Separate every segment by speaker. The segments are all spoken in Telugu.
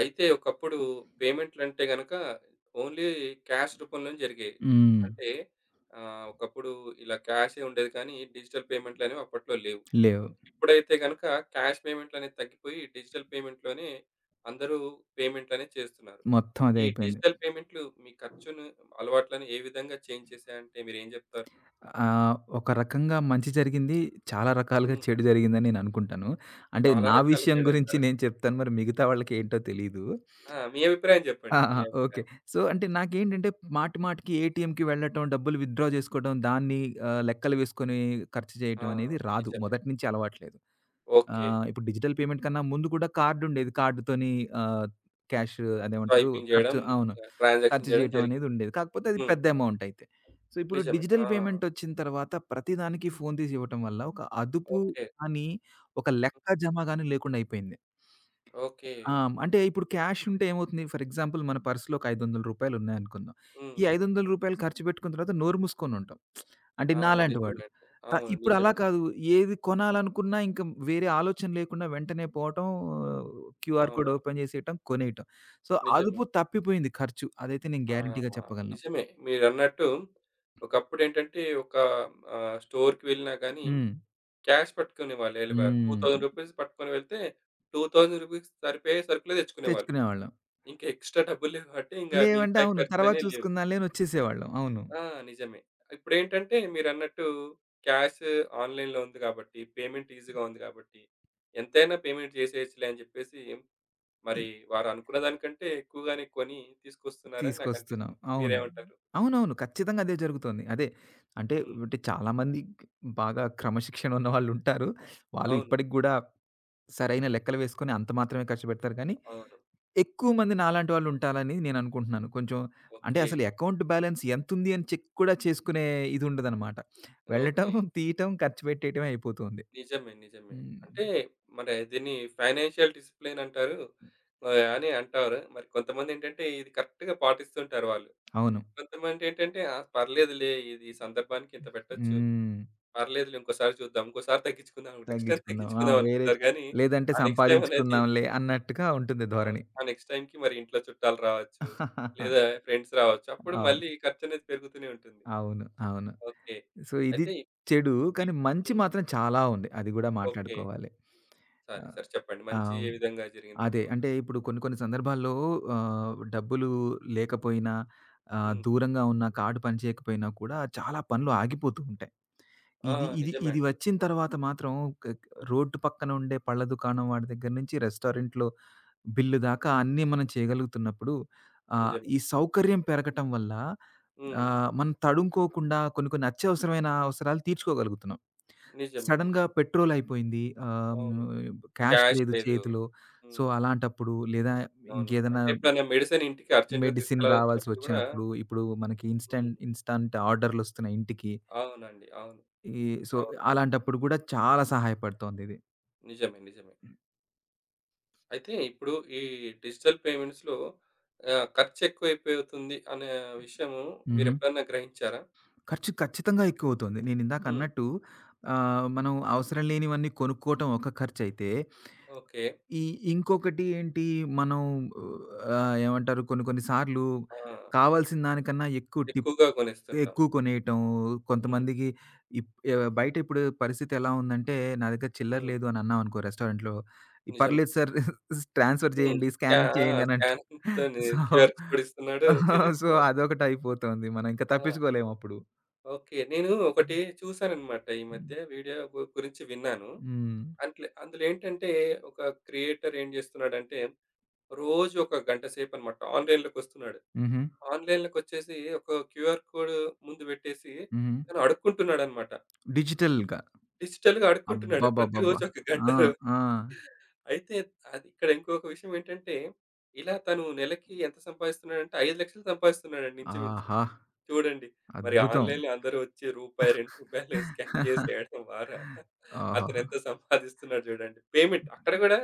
Speaker 1: అయితే ఒకప్పుడు పేమెంట్లంటే గనక ఓన్లీ క్యాష్ రూపంలోనే జరిగేవి.
Speaker 2: హ్మ్.
Speaker 1: అంటే ఒకప్పుడు ఇలా క్యాషే ఉండేది కానీ డిజిటల్ పేమెంట్‌లనేవి అప్పట్లో లేవు.
Speaker 2: లేవు.
Speaker 1: ఇప్పుడైతే గనక క్యాష్ పేమెంట్‌లనేవి తగ్గిపోయి డిజిటల్ పేమెంట్‌లోనే అందరూ పేమెంట్‌లనేవి చేస్తున్నారు.
Speaker 2: మొత్తం అదే
Speaker 1: ఈ
Speaker 2: అయిపోయింది.
Speaker 1: డిజిటల్ పేమెంట్‌లు మీ ఖర్చును, అలవాట్లను ఏ విధంగా చేంజ్ చేశాయంటే మీరేం చెప్తారు?
Speaker 2: ఒక రకంగా మంచి జరిగింది. చాలా రకాలుగా
Speaker 1: హ్మ్.
Speaker 2: చెడు జరిగిందని నేననుకుంటాను. అంటే
Speaker 1: చాలా
Speaker 2: నా
Speaker 1: రకాలు
Speaker 2: విషయం గురించి
Speaker 1: చేయడంటారా?
Speaker 2: నేను చెప్తాను. మరి మిగతా వాళ్ళకేంటో తెలీదు.
Speaker 1: ఆ! మీ అభిప్రాయం
Speaker 2: ఆ!
Speaker 1: చెప్పండి.
Speaker 2: ఆ!
Speaker 1: మీ
Speaker 2: ఓకే.
Speaker 1: అభిప్రాయం.
Speaker 2: సో, అంటే
Speaker 1: హ్మ్.
Speaker 2: నాకేంటంటే మాటి మాటికి ఏటీఎంకి వెళ్ళటం, డబ్బులు విత్‌డ్రా చేసుకోవడం, దాన్ని లెక్కలు వేసుకొని ఖర్చు
Speaker 1: ఆ!
Speaker 2: చేయటం అనేది రాదు.
Speaker 1: నిజమే.
Speaker 2: మొదటి నుంచి అలవాట్లేదు.
Speaker 1: ఓకే.
Speaker 2: ఇప్పుడు డిజిటల్ పేమెంట్ కన్నా ముందు కూడా కార్డుండేది. కార్డుతోని ఆహ్, క్యాష్ అదేమంటారు
Speaker 1: స్వైపింగ్
Speaker 2: ఖర్చు
Speaker 1: జేయడం,
Speaker 2: అవును.
Speaker 1: ట్రాన్సాక్షన్
Speaker 2: ఖర్చు
Speaker 1: జేయడం
Speaker 2: చేయటం అనేది
Speaker 1: జరిగింది.
Speaker 2: ఉండేది. కాకపోతే అది
Speaker 1: హ్మ్.
Speaker 2: పెద్ద అమౌంట్ అయితే. సో, ఇప్పుడు
Speaker 1: నిజమే.
Speaker 2: డిజిటల్
Speaker 1: ఆ!
Speaker 2: పేమెంట్ వచ్చిన తర్వాత ప్రతిదానికి ఫోను తీసి ఇవ్వటం వల్ల ఒక అదుపు
Speaker 1: ఓకే.
Speaker 2: అని, ఒక లెక్క
Speaker 1: హ్మ్.
Speaker 2: జమ గాని లేకుండా అయిపోయింది.
Speaker 1: ఓకే.
Speaker 2: ఆ! అంటే ఇప్పుడు క్యాష్ ఉంటే ఏమవుతుంది? ఫర్ ఎగ్జాంపుల్ మన పర్స్‌లో ఒక రూ. 500 ఉన్నాయనుకుందాం. ఈ
Speaker 1: హ్మ్.
Speaker 2: రూ. 500 ఖర్చు పెట్టుకున్న తర్వాత నోరు మూసుకొని ఉంటాం. అంటే
Speaker 1: ఆ!
Speaker 2: అవును. నాలాంటి వాడు.
Speaker 1: నిజమే అండి. అవును.
Speaker 2: ఇప్పుడు అలా
Speaker 1: నిజమే.
Speaker 2: కాదు. ఏది కొనాలనుకున్నా ఇంకా వేరే ఆలోచన లేకుండా వెంటనే పోవటం, క్యూఆర్ కోడ్
Speaker 1: అవును.
Speaker 2: ఓపెన్ చేసేయటం, కొనేయటం. సో,
Speaker 1: నిజమే.
Speaker 2: అదుపు తప్పిపోయింది ఖర్చు. అదైతే నేను
Speaker 1: ఆ!
Speaker 2: గ్యారంటీగా చెప్పగలను.
Speaker 1: నిజమే. మీరన్నట్టు ఒకప్పుడేంటంటే ఒక స్టోర్‌కి వెళ్ళినా గానీ
Speaker 2: హ్మ్.
Speaker 1: క్యాష్ పట్టుకునేవాళ్ళు ఎళ్ళేవారు. రూ.
Speaker 2: హ్మ్.
Speaker 1: 2,000 పట్టుకొని వెళ్తే రూ. 2,000 సరిపోయే సరుకులే తెచ్చుకునేవాళ్ళు.
Speaker 2: తెచ్చుకునేవాళ్ళం.
Speaker 1: ఇంకా ఎక్స్‌ట్రా డబ్బులు లేవు కాబట్టి ఇంక
Speaker 2: లేవంటే
Speaker 1: మిగతా
Speaker 2: అవును. తర్వాత
Speaker 1: ఖర్చులనేవి లేవు.
Speaker 2: చూసుకుందాంలే అని వచ్చేసేవాళ్ళం. అవును.
Speaker 1: ఆ! నిజమే. ఇప్పుడేంటంటే మీరన్నట్టు క్యాష్ ఆన్‌లైన్‌లో ఉంది గాబట్టి, పేమెంట్ ఈజీగా ఉంది గాబట్టి, ఎంతైనా పేమెంట్ చేసేయొచ్చులే అని జెప్పేసి, మరి వారనుకున్న దానికంటే ఎక్కువగానే కొని తీసుకొస్తున్నారని
Speaker 2: తీసుకొస్తున్నాం.
Speaker 1: నాకనిపిస్తుంది.
Speaker 2: అవును.
Speaker 1: మీరేమంటారు?
Speaker 2: అవునవును. ఖచ్చితంగా అదే జరుగుతోంది. అదే అంటే,
Speaker 1: హ్మ్.
Speaker 2: చాలామంది బాగా క్రమశిక్షణ ఉన్నవాళ్ళుంటారు. వాళ్ళు ఉంటారు, వాళ్ళు
Speaker 1: అవును.
Speaker 2: ఇప్పటికి గూడా సరైన
Speaker 1: హ్మ్.
Speaker 2: లెక్కలు వేసుకొని అంత మాత్రమే ఖర్చు పెడతారు కానీ,
Speaker 1: అవును.
Speaker 2: ఎక్కువ మంది నాలాంటి వాళ్ళుంటారని నేననుకుంటున్నాను. కొంచెం అంటే
Speaker 1: ఓకే.
Speaker 2: అసలు అకౌంట్ బ్యాలెన్స్ ఎంతుంది అని చెక్ కూడా చేసుకునే ఇది ఉండదనమాట. వెళ్ళటం,
Speaker 1: ఓకే.
Speaker 2: తీయటం, ఖర్చు పెట్టేయటమే అయిపోతుంది.
Speaker 1: నిజమే. నిజమే.
Speaker 2: హ్మ్.
Speaker 1: అంటే మరి దీన్ని ఫైనాన్షియల్ డిసిప్లిన్ అంటారు. అని అంటారు. మరి కొంతమందేంటంటే ఇది కరెక్ట్‌గా పాటిస్తుంటారు వాళ్ళు.
Speaker 2: అవును.
Speaker 1: కొంతమందేంటంటే ఆ! పర్లేదులే ఇది ఈ సందర్భానికి ఇంత పెట్టొచ్చు.
Speaker 2: హ్మ్.
Speaker 1: పర్లేదులే ఇంకోసారి చూద్దాం. ఇంకోసారి తగ్గించుకుందాం. Next time
Speaker 2: తగ్గించుకుందాం. ఆ!
Speaker 1: తగ్గించుకుందాం
Speaker 2: వేరే
Speaker 1: అనుకుంటారు గానీ,
Speaker 2: లేదంటే
Speaker 1: ఆ నెక్స్ట్ టైమ్ అనేది
Speaker 2: సంపాదించుకుందాంలే అన్నట్టుగా ఉంటుంది
Speaker 1: అవును.
Speaker 2: ధోరణి.
Speaker 1: ఆ నెక్స్ట్ టైమ్‌కి మరి ఇంట్లో చుట్టాలు రావచ్చు. లేదా ఫ్రెండ్స్ రావచ్చు. అప్పుడు
Speaker 2: అవును.
Speaker 1: మళ్ళీ ఖర్చనేది పెరుగుతూనే ఉంటుంది.
Speaker 2: అవును. అవును.
Speaker 1: ఓకే.
Speaker 2: సో, ఇది
Speaker 1: అయితే ఇ
Speaker 2: చెడు. కానీ, మంచి
Speaker 1: హ్మ్.
Speaker 2: మాత్రం చాలా ఉంది. అది గూడా
Speaker 1: ఓకే.
Speaker 2: మాట్లాడుకోవాలి.
Speaker 1: సరే.
Speaker 2: ఆహ్,
Speaker 1: సరే. చెప్పండి. మంచి
Speaker 2: ఆహ్,
Speaker 1: ఏ విధంగా జరిగింది
Speaker 2: అదే.
Speaker 1: ఎక్కువగా?
Speaker 2: అంటే, ఇప్పుడు కొన్ని కొన్ని సందర్భాల్లో డబ్బులు లేకపోయినా,
Speaker 1: హ్మ్.
Speaker 2: దూరంగా ఉన్న కార్డ్ పని చేయకపోయినా కూడా చాలా పనులు ఆగిపోతూ ఉంటాయి.
Speaker 1: ఆ!
Speaker 2: ఇది ఇది
Speaker 1: నిజమే
Speaker 2: ఇది
Speaker 1: అండి.
Speaker 2: వచ్చిన తర్వాత మాత్రం క క రోడ్డు పక్కన ఉండే పళ్ళ దుకాణం వాడి దగ్గర నుంచి రెస్టారెంట్‌లో బిల్లు దాకా అన్నీ మనం చేయగలుగుతున్నప్పుడు
Speaker 1: నిజమే.
Speaker 2: ఈ సౌకర్యం పెరగటం వల్ల
Speaker 1: హ్మ్.
Speaker 2: మనం తడుముకోకుండా కొన్ని కొన్ని అత్యవసరమైన అవసరాలు తీర్చుకోగలుగుతున్నాం.
Speaker 1: నిజమే. నిజమే.
Speaker 2: సడెన్‌గా పెట్రోల్ అయిపోయింది.
Speaker 1: అవును.
Speaker 2: క్యాష్
Speaker 1: క్యాష్
Speaker 2: లేదు
Speaker 1: లేదు.
Speaker 2: చేతిలో. సో,
Speaker 1: హ్మ్.
Speaker 2: అలాంటప్పుడు లేదా
Speaker 1: అవును.
Speaker 2: ఇంకేదైనా
Speaker 1: అంటే ఎప్పుడైనా మెడిసిన్ ఇంటికి అర్జెంట్‌గా
Speaker 2: మెడిసిన్ రావాల్సి
Speaker 1: తీసుకెళ్లాల్సినప్పుడు గూడా
Speaker 2: వచ్చినప్పుడు, ఇప్పుడు మనకి
Speaker 1: హ్మ్.
Speaker 2: ఇన్‌స్టంట్ ఇన్‌స్టంట్ ఆర్డర్‌లొస్తున్నాయి ఇంటికి.
Speaker 1: అవునండి. అవును.
Speaker 2: ఈ సో,
Speaker 1: అవును.
Speaker 2: అలాంటప్పుడు కూడా చాలా సహాయపడుతోందిది.
Speaker 1: నిజమే. నిజమే. అయితే ఇప్పుడు ఈ డిజిటల్ పేమెంట్స్‌లో ఖర్చు ఎక్కువైపోతుంది అనే విషయము
Speaker 2: హుహు.
Speaker 1: మీరెప్పుడన్నా గ్రహించారా?
Speaker 2: ఖర్చు ఖచ్చితంగా ఎక్కువవుతుంది. నేనిందాక
Speaker 1: హ్మ్.
Speaker 2: అన్నట్టు మనం అవసరం లేనివన్నీ కొనుక్కోవటం ఒక ఖర్చయితే,
Speaker 1: ఓకే.
Speaker 2: ఈ ఇంకొకటి ఏంటి మనం ఏమంటారు కొన్ని కొన్ని సార్లు
Speaker 1: ఆ!
Speaker 2: కావాల్సిన దానికన్నా ఎక్కువ టిప్
Speaker 1: ఎక్కువగా కొనేస్తుంటాం.
Speaker 2: ఎక్కువ కొనేయటం.
Speaker 1: హ్మ్.
Speaker 2: కొంతమందికి బయట ఇప్పుడు పరిస్థితి ఎలా ఉందంటే, నా దగ్గర చిల్లర
Speaker 1: హ్మ్.
Speaker 2: లేదు అని అన్నామనుకో రెస్టారెంట్‌లో,
Speaker 1: నిజమే.
Speaker 2: పర్లేదు సార్ ట్రాన్స్‌ఫర్
Speaker 1: హ్మ్.
Speaker 2: చేయండి, స్కాన్
Speaker 1: ఆ!
Speaker 2: చేయండి అని అంటు
Speaker 1: స్కానింగ్‌తోని
Speaker 2: సో,
Speaker 1: క్యూఆర్ కోడ్ ఇస్తున్నాడు.
Speaker 2: సో,
Speaker 1: చేసేస్తున్నాడు.
Speaker 2: అదొకటయిపోతోంది. మనం ఇంకా
Speaker 1: ఆ!
Speaker 2: తప్పించుకోలేమప్పుడు.
Speaker 1: ఓకే. నేను ఒకటి చూసానన్నమాట ఈ
Speaker 2: హ్మ్.
Speaker 1: మధ్య వీడియో గురించి విన్నాను.
Speaker 2: హ్మ్.
Speaker 1: అంట్లే అందులో ఏంటంటే ఒక క్రియేటర్ ఏం చేస్తున్నాడంటే రోజు ఒక గంట సేపన్నమాట ఆన్‌లైన్‌లోకొస్తున్నాడు.
Speaker 2: హుహు.
Speaker 1: ఆన్‌లైన్‌లోకొచ్చేసి ఒక క్యూఆర్ కోడ్ ముందు పెట్టేసి
Speaker 2: హుహు.
Speaker 1: తను అడుక్కుంటున్నాడనమాట.
Speaker 2: డిజిటల్‌గా.
Speaker 1: డిజిటల్‌గా అడుక్కుంటున్నాడు.
Speaker 2: అబ్బబ్బబ్బబ్బా!
Speaker 1: ప్రతిరోజు ఒక గంట.
Speaker 2: ఆ! ఆ!
Speaker 1: అయితే అది ఇక్కడ ఇంకొక విషయం ఏంటంటే, ఇలా తను నెలకి ఎంత సంపాదిస్తున్నాడంటే 5,00,000 సంపాదిస్తున్నాడండి ఇంచుమించు.
Speaker 2: ఆహా!
Speaker 1: చూడండి. మరి
Speaker 2: అద్భుతం.
Speaker 1: ఆన్‌లైన్‌లో అందరూ వచ్చి రూపాయి, రూ. 2 స్కాన్ చేసేయడం ద్వారా
Speaker 2: ఆహాహా!
Speaker 1: అతనెంత సంపాదిస్తున్నాడు చూడండి. పేమెంట్ అక్కడ కూడా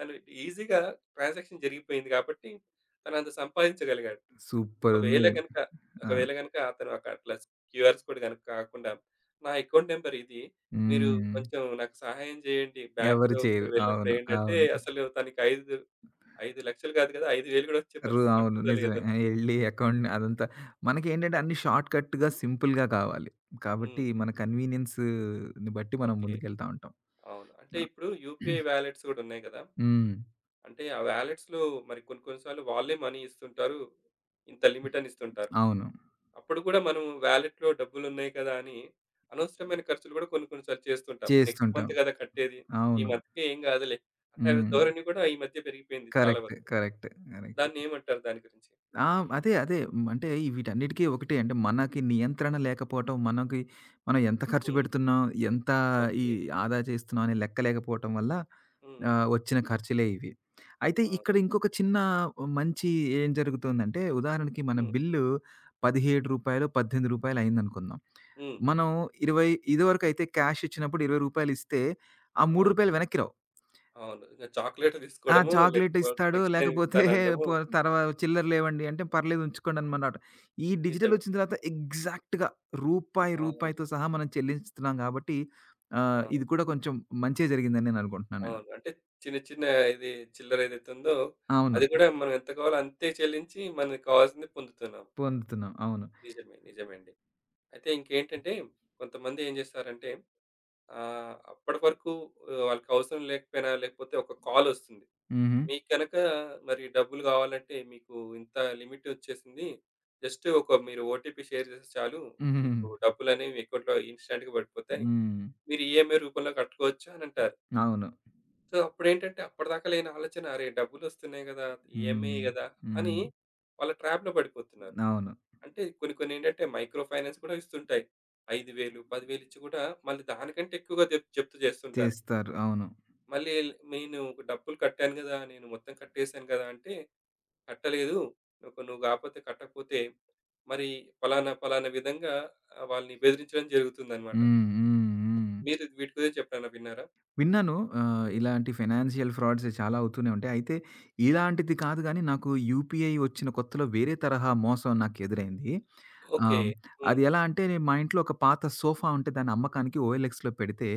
Speaker 1: తను ఈజీగా ట్రాన్సాక్షన్ జరిగిపోయింది కాబట్టి తనంత సంపాదించగలిగాడు.
Speaker 2: సూపరుంది.
Speaker 1: ఒకవేళ గనుక
Speaker 2: ఆ!
Speaker 1: ఒకవేళ గనుక అతను ఒక అట్లా క్యూఆర్స్ కోడ్ గనుక కాకుండా, నా అకౌంట్ నంబర్ ఇది. మీరు
Speaker 2: హ్మ్.
Speaker 1: కొంచెం నాకు సహాయం చేయండి.
Speaker 2: ఎవరు
Speaker 1: బ్యాంక్‌లో
Speaker 2: చేయరు.
Speaker 1: మీరు వెళ్ళినప్పుడు
Speaker 2: అవును.
Speaker 1: ఏంటంటే,
Speaker 2: అవును.
Speaker 1: అసలు తనకి 5,00,000 కాదు కదా! 5,000 కూడా వచ్చే పరిస్థితి
Speaker 2: అవును.
Speaker 1: ఉంటుందో
Speaker 2: నిజమే.
Speaker 1: లేదో.
Speaker 2: ఎళ్లి అకౌంట్ అదంతా మనకేంటంటే
Speaker 1: నిజం.
Speaker 2: అన్నీ షార్ట్ కట్‌గా, సింపుల్‌గా కావాలి. కాబట్టి
Speaker 1: హ్మ్.
Speaker 2: మన కన్వీనియన్స్‌ని బట్టి మనం
Speaker 1: ఓకే.
Speaker 2: ముందుకెళ్తా ఉంటాం.
Speaker 1: అవును. అంటే
Speaker 2: ఆ!
Speaker 1: ఇప్పుడు యూపీఐ వాలెట్స్ కూడా ఉన్నాయి కదా!
Speaker 2: హ్మ్.
Speaker 1: అంటే ఆ వాలెట్స్‌లో మరి కొన్ని కొన్ని సార్లు వాళ్ళే మనీ ఇస్తుంటారు. ఇంత లిమిట్ అని ఇస్తుంటారు.
Speaker 2: అవును.
Speaker 1: అప్పుడు కూడా మనం వాలెట్‌లో డబ్బులున్నాయి కదా! అని అనవసరమైన ఖర్చులు కూడా కొన్ని కొన్ని సార్లు చేస్తుంటాం. నెక్స్ట్
Speaker 2: చేస్తుంటాం.
Speaker 1: మంత్ కదా కట్టేది. ఈ
Speaker 2: అవును.
Speaker 1: మంత్‌కి ఏం కాదులే అన్న
Speaker 2: హ్మ్.
Speaker 1: ధోరణి కూడా ఈ మధ్య పెరిగిపోయింది చాలా
Speaker 2: కరెక్ట్.
Speaker 1: వరకు.
Speaker 2: కరెక్ట్. కరెక్ట్.
Speaker 1: దాన్నేమంటారు దాని గురించి?
Speaker 2: ఆ! అదే. అదే. హ్మ్. అంటే వీటన్నిటికి ఒకటే అంటే మనకి నియంత్రణ లేకపోవటం, మనకి మనం ఎంత ఖర్చు
Speaker 1: హ్మ్.
Speaker 2: పెడుతున్నాం, ఎంత ఈ
Speaker 1: ఓకే.
Speaker 2: ఆదా చేస్తున్నాం అనే లెక్క లేకపోవటం వల్ల
Speaker 1: హ్మ్.
Speaker 2: వచ్చిన ఖర్చులే ఇవి. అయితే ఇక్కడ
Speaker 1: అవును.
Speaker 2: ఇంకొక చిన్న మంచి ఏం జరుగుతుందంటే ఉదాహరణకి మన
Speaker 1: హ్మ్.
Speaker 2: బిల్లు రూ. 17 రూ. 18 అయిందనుకుందాం.
Speaker 1: హ్మ్.
Speaker 2: మనం 20 ఇదివరకైతే క్యాష్ ఇచ్చినప్పుడు రూ. 20 ఇస్తే ఆ రూ. 3
Speaker 1: అవును.
Speaker 2: వెనక్కి రావు.
Speaker 1: అవును. ఇక చాక్లేట్
Speaker 2: ఆ!
Speaker 1: తీసుకోవడము
Speaker 2: చాక్లేట్
Speaker 1: లేకపోతే
Speaker 2: ఇస్తాడు.
Speaker 1: నెక్స్ట్ టైమ్
Speaker 2: లేకపోతే
Speaker 1: ఇస్తాననడము
Speaker 2: పొ తర్వా చిల్లర లేవండి అంటే, పర్లేదు ఉంచుకోండనమాట. ఈ డిజిటల్
Speaker 1: నిజమే.
Speaker 2: వచ్చిన తర్వాత ఎగ్జాక్ట్‌గా రూపాయి,
Speaker 1: అవును.
Speaker 2: రూపాయితో సహా మనం చెల్లిస్తున్నాం గాబట్టి,
Speaker 1: ఆ!
Speaker 2: ఇది కూడా కొంచెం మంచే జరిగిందని నేననుకుంటున్నాను నేను.
Speaker 1: అవును. అంటే చిన్న చిన్న ఇది చిల్లర ఏదైతే ఉందో
Speaker 2: అవును.
Speaker 1: అది కూడా మనం ఎంత కావాలో అంతే చెల్లించి మనకు కావాల్సింది పొందుతున్నాం.
Speaker 2: పొందుతున్నాం. అవును.
Speaker 1: నిజమే. నిజమేండి. అయితే ఇంకేంటంటే కొంతమంది ఏం చేస్తారంటే అప్పటి వరకు వాళ్ళకవసరం లేకపోయినా లేకపోతే ఒక కాలొస్తుంది.
Speaker 2: హుహు.
Speaker 1: మీకు గనక మరి డబ్బులు కావాలంటే మీకు ఇంత లిమిట్ వచ్చేసింది. జస్ట్ ఒక మీరు ఓటీపీ షేర్ చేస్తే చాలు.
Speaker 2: హుహుహు.
Speaker 1: మీకు డబ్బులనేవి మీ అకౌంట్‌లో ఇన్‌స్టాంట్‌గా పడిపోతాయి.
Speaker 2: హ్మ్.
Speaker 1: మీరు ఈఎంఐ రూపంలో కట్టుకోవచ్చు అనంటారు.
Speaker 2: అవును.
Speaker 1: సో, అప్పుడేంటంటే అప్పటిదాకా లేని ఆలోచన అరే! డబ్బులొస్తున్నాయి కదా! ఈఎంఐ
Speaker 2: హ్మ్.
Speaker 1: కదా! అని
Speaker 2: హ్మ్.
Speaker 1: వాళ్ళ ట్రాప్‌లో పడిపోతున్నారు.
Speaker 2: అవును.
Speaker 1: అంటే కొన్ని కొన్ని ఏంటంటే మైక్రో ఫైనాన్స్ కూడా ఇస్తుంటాయి. 5,000, 10,000 ఇచ్చి కూడా మళ్ళీ దానికంటే ఎక్కువగా జప్తు చేస్తుంటారు.
Speaker 2: చేస్తారు. అవును.
Speaker 1: మళ్ళీ ఈళ్ళు నేను ఒక డబ్బులు కట్టాను గదా! నేను మొత్తం కట్టేసాను గదా! అంటే కట్టలేదు. నువ్వు నువ్వు గాకపోతే కట్టకపోతే మరి ఫలానా ఫలానా విధంగా వాళ్ళని బెదిరించడం జరుగుతుందన్నమాట.
Speaker 2: హ్మ్. హ్మ్. హ్మ్.
Speaker 1: మీరు వీటి గురించి ఎప్పుడైనా విన్నారా?
Speaker 2: విన్నాను.
Speaker 1: హ్మ్.
Speaker 2: ఇలాంటి ఫైనాన్షియల్ ఫ్రాడ్స్ చాలా అవుతూనే ఉంటాయి. అయితే ఇలాంటిది కాదు గానీ, నాకు యూపీఐ వచ్చిన కొత్తలో వేరే తరహా మోసం నాకెదురైంది.
Speaker 1: ఓకే.
Speaker 2: ఆహ్,
Speaker 1: హ్మ్.
Speaker 2: అది ఎలా అంటే నేను మా ఇంట్లో ఒక పాత సోఫా ఉంటే దాన్ని అమ్మకానికి ఓఎల్ఎక్స్‌లో పెడితే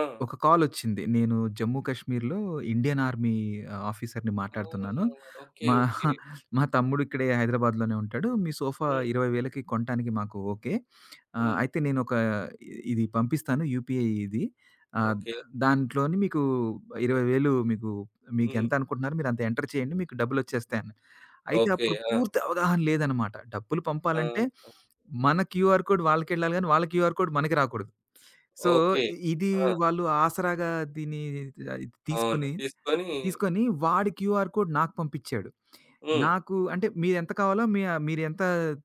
Speaker 1: ఆ!
Speaker 2: ఒక కాలొచ్చింది. నేను జమ్మూ కాశ్మీర్‌లో ఇండియన్ ఆర్మీ ఆఫీసర్‌ని
Speaker 1: ఆ!
Speaker 2: మాట్లాడుతున్నాను.
Speaker 1: ఓకే.
Speaker 2: మా
Speaker 1: ఓకే.
Speaker 2: మా తమ్ముడు ఇక్కడే హైదరాబాద్‌లోనే ఉంటాడు. మీ సోఫా
Speaker 1: హ్మ్.
Speaker 2: 20,000కి కొనటానికి మాకు ఓకే.
Speaker 1: హ్మ్.
Speaker 2: అయితే నేనొక ఇది పంపిస్తాను యూపీఐ ఇది. ఆహ్,
Speaker 1: ఓకే.
Speaker 2: దాంట్లోని మీకు 20,000 మీకు
Speaker 1: హ్మ్.
Speaker 2: మీకెంత అనుకుంటున్నారో మీరంత ఎంటర్ చేయండి. మీకు డబ్బులొచ్చేస్తాయి అన్నా. అయితే
Speaker 1: ఓకే.
Speaker 2: అప్పుడు
Speaker 1: ఆ!
Speaker 2: పూర్తి అవగాహన లేదనమాట. డబ్బులు
Speaker 1: ఆ!
Speaker 2: పంపాలంటే మన క్యూఆర్ కోడ్ వాళ్ళకెళ్ళాలి గానీ వాళ్ళ క్యూఆర్ కోడ్ మనకి రాకూడదు. So,
Speaker 1: okay.
Speaker 2: ఇది
Speaker 1: ఆ! ఓకే.
Speaker 2: వాళ్ళు ఆసరాగా దీన్ని ఆహ్,
Speaker 1: అవును.
Speaker 2: తీసుకొని,
Speaker 1: తీసుకొని
Speaker 2: తీసుకొని, వాడి క్యూఆర్ కోడ్ నాకు పంపిచ్చాడు.
Speaker 1: హ్మ్.
Speaker 2: నాకు అంటే మీరెంత కావాలో మీ మీరెంత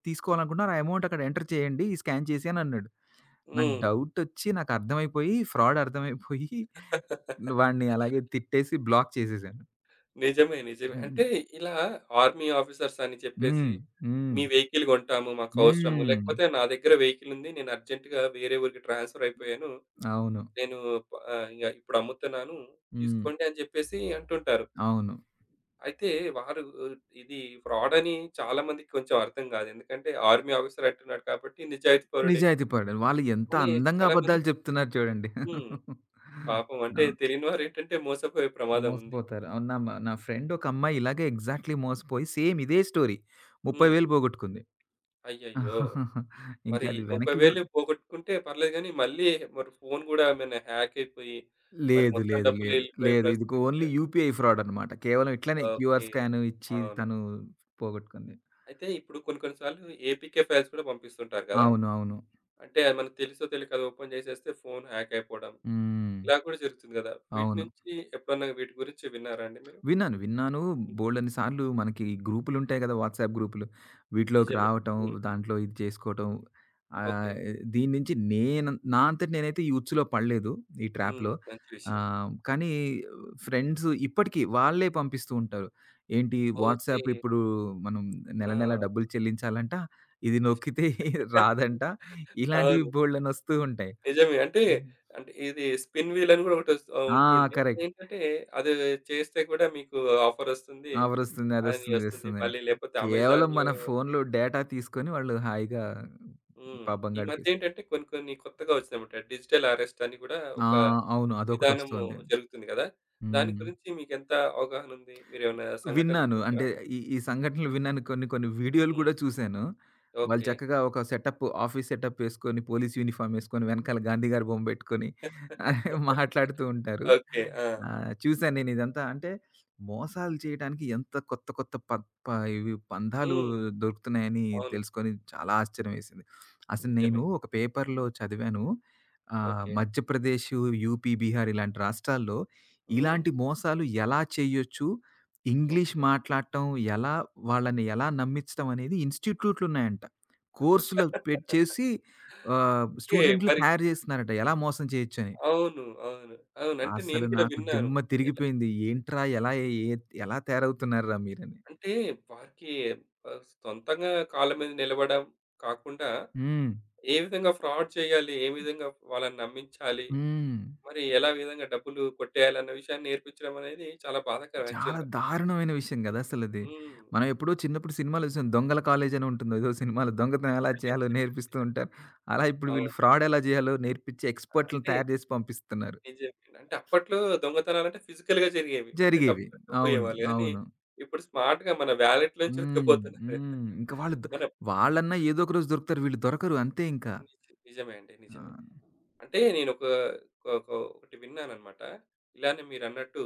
Speaker 2: తీసుకోవాలనుకుంటున్నారో ఆ అమౌంట్ అక్కడ ఎంటర్ చేయండి, స్కాన్ చేసి అనన్నాడు. నాకు
Speaker 1: హ్మ్.
Speaker 2: డౌటొచ్చి నాకు అర్థమైపోయి, ఫ్రాడ్ అర్థమైపోయి వాడిని అలాగే తిట్టేసి బ్లాక్ చేసేసాను.
Speaker 1: నిజమే. నిజమే.
Speaker 2: హ్మ్.
Speaker 1: అంటే ఇలా ఆర్మీ ఆఫీసర్స్ అని చెప్పేసి,
Speaker 2: హ్మ్. హ్మ్.
Speaker 1: "మీ వెహికల్ కొంటాము. మాకవసరము."
Speaker 2: హ్మ్.
Speaker 1: లేకపోతే, "నా దగ్గర వెహికల్ ఉంది. నేను అర్జెంట్‌గా వేరే ఊరికి ట్రాన్స్‌ఫర్ అయిపోయాను.
Speaker 2: అవును.
Speaker 1: నేను ఇప్పుడు అమ్ముతున్నాను.
Speaker 2: హ్మ్.
Speaker 1: తీసుకోండి" అని చెప్పేసి అంటుంటారు.
Speaker 2: అవును.
Speaker 1: అయితే వారు ఇది ఫ్రాడ్ అని చాలా మందికి కొంచెం అర్థం కాదు. ఎందుకంటే, ఆర్మీ ఆఫీసర్ అంటున్నాడు కాబట్టి నిజాయితీ పరుడే.
Speaker 2: నిజాయితీ పరుడు. వాళ్ళు ఎంత
Speaker 1: కానీ
Speaker 2: అందంగా
Speaker 1: చాలా మంది
Speaker 2: అబద్ధాలు చెప్తున్నారు చూడండి.
Speaker 1: హ్మ్. పాపం
Speaker 2: ఆ!
Speaker 1: అంటే తెలియని వారేంటంటే మోసపోయే ప్రమాదం ఉంది.
Speaker 2: మోసపోతారు. అవును. నా ఫ్రెండ్ ఒక అమ్మాయి ఇలాగే ఎగ్జాక్ట్‌లీ మోసపోయి సేమ్ ఇదే స్టోరీ
Speaker 1: హ్మ్.
Speaker 2: 30,000 పోగొట్టుకుంది.
Speaker 1: అయ్యయ్యో!
Speaker 2: ఇంకా
Speaker 1: మరి
Speaker 2: అది వెనక్కి గూడా
Speaker 1: 30,000 పోగొట్టుకుంటే పర్లేదు గానీ, మళ్ళీ మరి ఫోను గూడా ఏమైనా హ్యాక్ అయిపోయి, మరి
Speaker 2: లేదు.
Speaker 1: మొత్తం
Speaker 2: లేదు.
Speaker 1: డబ్బులు
Speaker 2: లేదు.
Speaker 1: ఎళ్ళిపోయే
Speaker 2: లేదు. ఇది
Speaker 1: పరిస్థితి
Speaker 2: ఓన్లీ
Speaker 1: ఉంటే
Speaker 2: యూపీఐ ఫ్రాడ్ అన్నమాట. కేవలం ఇట్లనే క్యూఆర్
Speaker 1: ఓకే.
Speaker 2: స్కాన్ ఇచ్చి
Speaker 1: అవును.
Speaker 2: తను పోగొట్టుకుంది.
Speaker 1: అయితే ఇప్పుడు కొన్ని కొన్ని సార్లు ఏపీకే ఫైల్స్ కూడా పంపిస్తుంటారు కదా!
Speaker 2: అవును. అవును.
Speaker 1: అంటే అది మనకు తెలుసో తెలియకో అది ఓపెన్ చేసేస్తే ఫోను హ్యాక్ అయిపోవడం,
Speaker 2: హ్మ్.
Speaker 1: ఇలా కూడా జరుగుతుంది కదా! వీటి
Speaker 2: అవును.
Speaker 1: నుంచి ఎప్పుడన్నా వీటి గురించి విన్నారా అండి మీరు?
Speaker 2: విన్నాను. విన్నాను.
Speaker 1: ఉమ్,
Speaker 2: బోలెడన్ని సార్లు మనకి గ్రూపులుంటాయి గదా! వాట్సాప్ గ్రూపులు. వీటిలోకి
Speaker 1: నిజమే.
Speaker 2: రావటం,
Speaker 1: హ్మ్.
Speaker 2: దాంట్లో ఇది చేసుకోవటం. ఆహ్,
Speaker 1: ఓకే.
Speaker 2: దీని నుంచి నేను నా అంతట నేనైతే ఈ ఉచ్చులో పడలేదు. ఈ
Speaker 1: హ్మ్.
Speaker 2: ట్రాప్‌లో.
Speaker 1: మంచి విషయం.
Speaker 2: కానీ ఫ్రెండ్స్ ఇప్పటికి వాళ్ళే పంపిస్తూ ఉంటారు. ఏంటి
Speaker 1: ఓకే.
Speaker 2: వాట్సాప్ ఇప్పుడు మనం నెల
Speaker 1: ఆ!
Speaker 2: నెల డబ్బులు చెల్లించాలంట. ఇది
Speaker 1: నిజం.
Speaker 2: నొక్కితే రాదంట. ఇలాంటివి
Speaker 1: అవును.
Speaker 2: బోలెడన్ని వస్తూ ఉంటాయి.
Speaker 1: నిజమే. అంటే, అంటే ఇది స్పిన్ వీల్ అని గూడా
Speaker 2: ఆ!
Speaker 1: ఉంటుండే.
Speaker 2: కరెక్ట్.
Speaker 1: అదేంటంటే, అది చేస్తే కూడా మీకు ఆఫరొస్తుంది.
Speaker 2: ఆఫరొస్తుంది.
Speaker 1: అని
Speaker 2: అదొస్తుంది,
Speaker 1: ఒస్తుంది.
Speaker 2: ఇదొస్తుందని.
Speaker 1: మళ్ళీ లేపోతే
Speaker 2: కేవలం
Speaker 1: అమెజాన్‌లో
Speaker 2: మన ఫోన్‌లో డేటా తీసుకొని వాళ్ళు హాయిగా
Speaker 1: హ్మ్.
Speaker 2: పాపం
Speaker 1: ఈ మధ్యేంటంటే కొన్ని, కొన్ని కొత్తగా ఒచ్చినాయన్నమాట. డిజిటల్ అరెస్ట్ అని గూడా
Speaker 2: ఆ!
Speaker 1: ఒక
Speaker 2: అవును.
Speaker 1: విధానము
Speaker 2: అదొకటొస్తోంది.
Speaker 1: జరుగుతుంది గదా! దాని
Speaker 2: హ్మ్.
Speaker 1: గురించి మీకెంత అవగాహన ఉంది? మీరేమన్నా సంఘటనలు
Speaker 2: విన్నాను. అంటే
Speaker 1: చూసారా?
Speaker 2: ఈ ఈ సంఘటనలు విన్నాను. కొన్ని కొన్ని వీడియోలు
Speaker 1: హ్మ్.
Speaker 2: గూడా చూసాను. వాళ్ళు
Speaker 1: ఓకే.
Speaker 2: చక్కగా ఒక సెటప్ ఆఫీస్ సెటప్ ఏసుకొని, పోలీస్ యూనిఫార్మ్ ఏసుకొని, వెనకాల గాంధీ గారి బొమ్మ బెట్టుకొని మాట్లాడుతూ ఉంటారు.
Speaker 1: ఓకే. ఆ!
Speaker 2: ఆ! చూసాను నేనిదంతా. అంటే మోసాలు చేయడానికి ఎంత కొత్త కొత్త ప ప ఇవి పంధాలు
Speaker 1: హ్మ్.
Speaker 2: దొరుకుతున్నాయని
Speaker 1: అవును.
Speaker 2: తెలుసుకొని చాలా ఆశ్చర్యమేసింది. అసలు నేను
Speaker 1: నిజమే.
Speaker 2: ఒక పేపర్‌లో చదివాను.
Speaker 1: ఓకే.
Speaker 2: మధ్యప్రదేశ్, యూపీ, బీహార్ ఇలాంటి రాష్ట్రాల్లో
Speaker 1: హ్మ్.
Speaker 2: ఇలాంటి మోసాలు ఎలా చేయొచ్చు? English
Speaker 1: okay.
Speaker 2: మాట్లాడటం ఎలా వాళ్ళని ఎలా నమ్మిచ్చటం అనేది ఇన్‌స్టిట్యూట్‌లున్నాయంట. కోర్సులు పెట్ చేసి
Speaker 1: ఓకే.
Speaker 2: స్టూడెంట్‌లు
Speaker 1: మరి
Speaker 2: తయారు చేస్తున్నారట. ఎలా మోసం చేయొచ్చని.
Speaker 1: అవును. అవును. అవును. అంటే నేను
Speaker 2: అసలు
Speaker 1: కూడా
Speaker 2: నాకు
Speaker 1: విన్నాను.
Speaker 2: దిమ్మ
Speaker 1: ఇలా
Speaker 2: తిరిగిపోయింది. ఏంట్రా! ఎలా తయారవుతున్నారురా మీరని.
Speaker 1: అంటే వారికి సొంతంగా కాళ్ళ మీద నిలబడం కాకుండా,
Speaker 2: హ్మ్.
Speaker 1: ఏ విధంగా ఫ్రాడ్ చేయాలి? ఏ విధంగా వాళ్ళని నమ్మించాలి?
Speaker 2: హ్మ్.
Speaker 1: మరి ఎలా విధంగా డబ్బులు కొట్టేయాలన్న విషయాన్ని నేర్పించడం అనేది చాలా బాధాకరం
Speaker 2: చాలా
Speaker 1: యాక్చువల్‌గా.
Speaker 2: దారుణమైన విషయం గదా! అసలది.
Speaker 1: హ్మ్.
Speaker 2: మనం ఎప్పుడో చిన్నప్పుడు సినిమాలో చూసాం. 'దొంగల కాలేజ్' అని ఉంటుంది. ఏదో సినిమాలో దొంగతనం ఎలా
Speaker 1: నిజమే.
Speaker 2: చేయాలో
Speaker 1: నిజమే.
Speaker 2: నేర్పిస్తూ
Speaker 1: నిజం.
Speaker 2: ఉంటారు. అలా ఇప్పుడు వీళ్ళు
Speaker 1: అవును.
Speaker 2: ఫ్రాడ్ ఎలా చేయాలో నేర్పించి
Speaker 1: ఆ!
Speaker 2: ఎక్స్‌పర్ట్‌లని
Speaker 1: అంటే
Speaker 2: తయారు చేసి పంపిస్తున్నారు.
Speaker 1: నిజమే. అంటే అప్పట్లో దొంగతనాలంటే ఫిజికల్‌గా జరిగేవి. అంటే
Speaker 2: జరిగేవి.
Speaker 1: డబ్బులు
Speaker 2: అవును.
Speaker 1: ఎత్తుకుపోయేవాళ్ళు గానీ,
Speaker 2: అవును.
Speaker 1: ఇప్పుడు స్మార్ట్‌గా మన వాలెట్‌లోంచి
Speaker 2: హ్మ్.
Speaker 1: ఎత్తుకుపోతున్నారు.
Speaker 2: హ్మ్. ఇంక వాళ్ళు
Speaker 1: మన
Speaker 2: వాళ్ళన్నా ఏదో ఒక రోజు దొరుకుతారు. వీళ్ళు దొరకరు అంతే ఇంకా.
Speaker 1: నిజ నిజమే అండి.
Speaker 2: ఆ!
Speaker 1: నిజమే. అంటే నేనొక ఒక ఒక ఒక- ఒకటి విన్నాననమాట. ఇలానే మీరన్నట్టు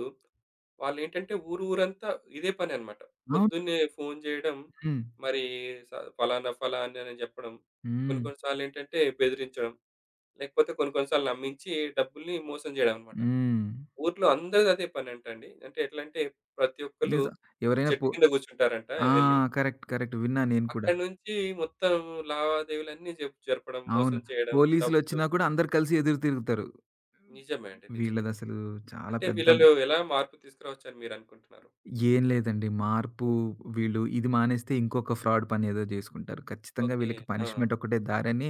Speaker 1: వాళ్ళేంటంటే ఊరు ఊరంతా ఇదే పననమాట.
Speaker 2: అవును.
Speaker 1: పొద్దున్నే ఫోను జేయడం,
Speaker 2: హ్మ్.
Speaker 1: మరి స ఫలానా ఫలానా అని జెప్పడం. కొన్ని
Speaker 2: హ్మ్.
Speaker 1: కొన్ని సార్లేంటంటే బెదిరించడం, లేకపోతే కొన్ని కొన్ని సార్లు నమ్మించి డబ్బుల్ని మోసం జేయడం అనమాట.
Speaker 2: హ్మ్.
Speaker 1: ఊర్లో అందరిది అదే పనంటండి. అంటే ఎట్లంటే ప్రతి ఒక్కళ్ళు
Speaker 2: నిజం.
Speaker 1: ఒక
Speaker 2: ఎవరైనా
Speaker 1: చెట్టు
Speaker 2: పో
Speaker 1: కింద గూర్చుంటారంట
Speaker 2: ఆ!
Speaker 1: వెళ్లి.
Speaker 2: కరెక్ట్. కరెక్ట్. విన్నా నేను కూడా.
Speaker 1: అక్కడి నుంచి మొత్తం లావాదేవీలన్నీ జరపడం,
Speaker 2: అవును.
Speaker 1: మోసం చేయడం, డబ్బులు
Speaker 2: పోలీసులొచ్చినా కూడా అందరూ కలిసి ఎదురు తిరుగుతారు.
Speaker 1: నిజమే అండి. నిజమే.
Speaker 2: వీళ్ళదసలు చాలా
Speaker 1: అంటే
Speaker 2: పెద్ద.
Speaker 1: వీళ్ళలో ఎలా మార్పు తీసుకురావచ్చని మీరనుకుంటున్నారు?
Speaker 2: ఏం లేదండి. మార్పు
Speaker 1: హ్మ్.
Speaker 2: వీళ్ళు ఇది మానేస్తే ఇంకొక ఫ్రాడ్ పని ఏదో జేసుకుంటారు. ఖచ్చితంగా
Speaker 1: ఓకే.
Speaker 2: వీళ్ళకి
Speaker 1: ఆ!
Speaker 2: పనిష్మెంట్ ఒకటే దారని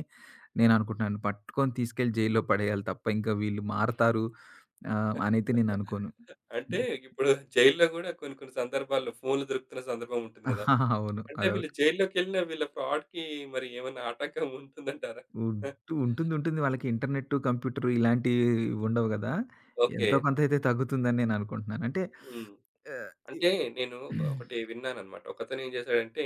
Speaker 2: నేననుకుంటున్నాను. పట్టుకొని తీసుకెళ్ళి జైల్లో పడేయాలి తప్ప ఇంకా వీళ్ళు మారతారు అనైతే నేననుకోను.
Speaker 1: అంటే
Speaker 2: హ్మ్.
Speaker 1: ఇప్పుడు జైల్‌లో గూడా కొన్ని కొన్ని సందర్భాల్లో ఫోన్‌లు దొరుకుతున్న సందర్భం ఉంటుంది గదా!
Speaker 2: అవును.
Speaker 1: అంటే వీళ్ళు
Speaker 2: అదొకటి.
Speaker 1: జైల్లోకెళ్ళిన వీళ్ళ ఫ్రాడ్‌కి మరి ఏమన్నా ఆటంకం ఉంటుందంటారా?
Speaker 2: ఉంటుంది. వాళ్ళకి ఇంటర్నెట్టు, కంప్యూటరు ఇలాంటివి ఉండవు గదా!
Speaker 1: ఓకే.
Speaker 2: ఎంతో కొంత అయితే తగ్గుతుందని నేననుకుంటున్నాను. అంటే
Speaker 1: హ్మ్. అంటే నేను ఒక ఒకటి విన్నానన్నమాట. ఒకతను ఏం చేశాడంటే,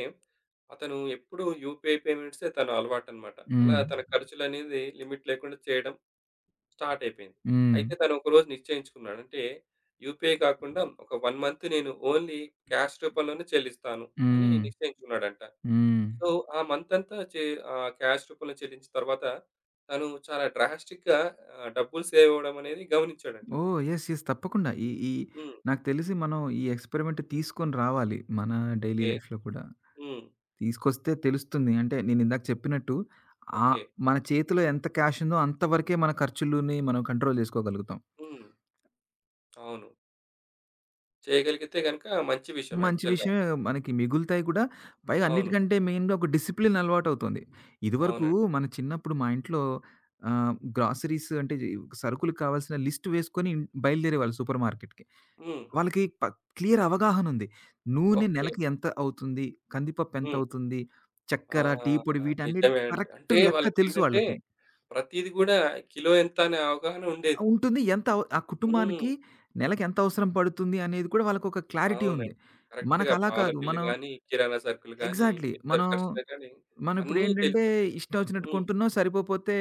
Speaker 1: అతను ఎప్పుడు యూపీఐ పేమెంట్సే తన అలవాటన్నమాట. అలా
Speaker 2: హ్మ్.
Speaker 1: తన ఖర్చులనేది లిమిట్ లేకుండా చేయడం స్టార్ట్ అయిపోయింది.
Speaker 2: హ్మ్.
Speaker 1: అయితే తను ఒకరోజు నిశ్చయించుకున్నాడు. అంటే యూపీఐ కాకుండా ఒక 1 మంత్ నేను ఓన్లీ క్యాష్ రూపంలోనే చెల్లిస్తాను అని
Speaker 2: హ్మ్.
Speaker 1: నిశ్చయించుకున్నాడంట.
Speaker 2: హ్మ్. హ్మ్.
Speaker 1: సో, ఆ మంత్ అంతా క్యాష్ రూపంలో చెల్లించిన తర్వాత తను చాలా డ్రాస్టిక్‌గా డబ్బులు సేవ్ అవ్వడం అనేది గమనించాడంట.
Speaker 2: ఓహ్! యెస్. యెస్. తప్పకుండా. ఈ ఈ
Speaker 1: హ్మ్.
Speaker 2: నాకు తెలిసి మనం ఈ ఎక్స్‌పెరిమెంట్ తీసుకొని రావాలి. మన డైలీ
Speaker 1: ఓకే.
Speaker 2: లైఫ్‌లో కూడా.
Speaker 1: హ్మ్.
Speaker 2: తీసుకొస్తే తెలుస్తుంది. అంటే నేనిందాక చెప్పినట్టు ఆహ్,
Speaker 1: ఓకే.
Speaker 2: మన చేతిలో ఎంత క్యాష్ ఉందో అంత వరకే మన ఖర్చులుని మనం కంట్రోల్ జేసుకోగలుగుతాం.
Speaker 1: హ్మ్. అవును. చేయగలిగితే గనుక మంచి విషయం
Speaker 2: మంచి
Speaker 1: యాక్చువల్‌గా.
Speaker 2: విషయమే మనకి మిగులుతాయి కూడా. పైగా
Speaker 1: అవును.
Speaker 2: అన్నిటికంటే మెయిన్‌గా ఒక డిసిప్లిన్ అలవాటవుతుంది. ఇదివరకు
Speaker 1: అవునండి.
Speaker 2: మన చిన్నప్పుడు మా ఇంట్లో గ్రాసరీస్ అంటే సరుకులకు కావాల్సిన లిస్ట్ వేసుకొని బయలుదేరేవాళ్ళు సూపర్ మార్కెట్‌కి.
Speaker 1: హ్మ్.
Speaker 2: వాళ్ళకి క్లియర్ అవగాహనుంది. నూనె
Speaker 1: ఓకే.
Speaker 2: నెలకి ఎంత అవుతుంది? కందిపప్పు
Speaker 1: హ్మ్.
Speaker 2: ఎంతవుతుంది?
Speaker 1: ఆ!
Speaker 2: చక్కెర, టీ పొడి వీటన్నిటికి
Speaker 1: నిజమే అండి.
Speaker 2: కరెక్ట్
Speaker 1: అంటే
Speaker 2: లెక్క తెలుసు
Speaker 1: వాళ్ళకేంటంటే
Speaker 2: వాళ్ళకి.
Speaker 1: ప్రతీది గూడా కిలో ఎంత అనే అవగాహన ఉండేది.
Speaker 2: ఉంటుంది. ఎంత అవ్ ఆ
Speaker 1: హ్మ్.
Speaker 2: కుటుంబానికి నెలకి ఎంత అవసరం పడుతుంది అనేది కూడా వాళ్ళకొక క్లారిటీ ఉంది.
Speaker 1: అవునండి. కరెక్ట్‌గా
Speaker 2: మనకలా
Speaker 1: పాల
Speaker 2: కాదు.
Speaker 1: బిల్లు
Speaker 2: మనం
Speaker 1: గాని, కిరాణా సరుకులు గాని,
Speaker 2: ఎగ్జాక్ట్‌లీ.
Speaker 1: ఇద్దరి
Speaker 2: మనం
Speaker 1: ఖర్చులే గాని
Speaker 2: మనం
Speaker 1: అన్నీ
Speaker 2: ఇప్పుడేంటంటే
Speaker 1: తెలిసుండేవి.
Speaker 2: ఇష్టం వచ్చినట్టు
Speaker 1: హ్మ్.
Speaker 2: కొంటున్నాం. సరిపోపోతే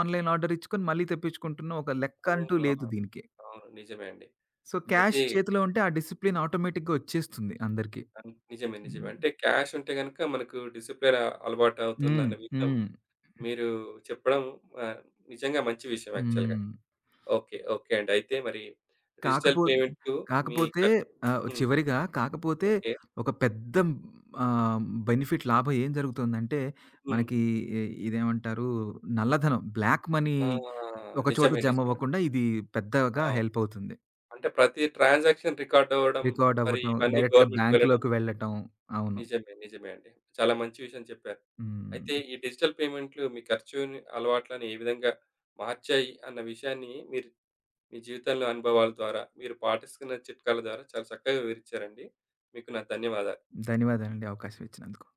Speaker 2: ఆన్‌లైన్ ఆర్డర్ ఇచ్చుకొని మళ్ళీ తెప్పించుకుంటున్నాం. ఒక లెక్క అంటూ
Speaker 1: అవును. ఆ!
Speaker 2: లేదు దీనికి.
Speaker 1: అవును. నిజమే అండి.
Speaker 2: సో, క్యాష్
Speaker 1: అయితే
Speaker 2: చేతిలో ఉంటే ఆ డిసిప్లిన్ ఆటోమేటిక్‌గా వచ్చేస్తుంది అందరికి.
Speaker 1: నిజమే. నిజమే.
Speaker 2: హ్మ్.
Speaker 1: అంటే క్యాష్ ఉంటే గనక మనకు డిసిప్లిన్
Speaker 2: హ్మ్.
Speaker 1: అలవాటవుతుందన్న విషయం
Speaker 2: హ్మ్.
Speaker 1: మీరు చెప్పడం ఆహ్, నిజంగా మంచి విషయం యాక్చువల్‌గా.
Speaker 2: హ్మ్.
Speaker 1: ఓకే. ఓకే అండి. అయితే మరి డిజిటల్
Speaker 2: కాకపో
Speaker 1: పేమెంటు మీ
Speaker 2: కాకపోతే
Speaker 1: హ్మ్.
Speaker 2: చివరిగా కాకపోతే
Speaker 1: ఓకే.
Speaker 2: ఒక పెద్ద ఆహ్, బెనిఫిట్ లాభం ఏం జరుగుతుందంటే,
Speaker 1: హ్మ్.
Speaker 2: మనకి ఇ ఇదేమంటారు నల్లధనం, బ్లాక్ మనీ
Speaker 1: ఆ!
Speaker 2: ఒక చోట
Speaker 1: నిజమే.
Speaker 2: జమ
Speaker 1: నిజమే.
Speaker 2: అవ్వకుండా ఇది పెద్దగా
Speaker 1: అవును.
Speaker 2: హెల్ప్ అవుతుంది.
Speaker 1: అంటే ప్రతి ట్రాన్సాక్షన్ రికార్డ్ అవ్వడం,
Speaker 2: రికార్డ్
Speaker 1: మరి
Speaker 2: అవ్వటం,
Speaker 1: ఇవన్నీ
Speaker 2: డైరెక్ట్‌గా
Speaker 1: గవర్నమెంట్‌కి వెళ్ళడం
Speaker 2: బ్యాంక్‌లోకి వెళ్ళటం. అవును.
Speaker 1: నిజమే. నిజమే అండి. చాలా మంచి విషయం చెప్పారు. అయితే
Speaker 2: హ్మ్.
Speaker 1: ఈ డిజిటల్ పేమెంట్‌లు మీ ఖర్చుని అలవాట్లని ఏ విధంగా మార్చాయి అన్న విషయాన్ని మీరు మీ జీవితంలో అనుభవాల ద్వారా, మీరు పాటిస్తున్న చిట్కాల ద్వారా చాలా చక్కగా వివరించారండి. మీకు నా ధన్యవాదాలు.
Speaker 2: ధన్యవాదాలండి అవకాశం ఇచ్చినందుకు.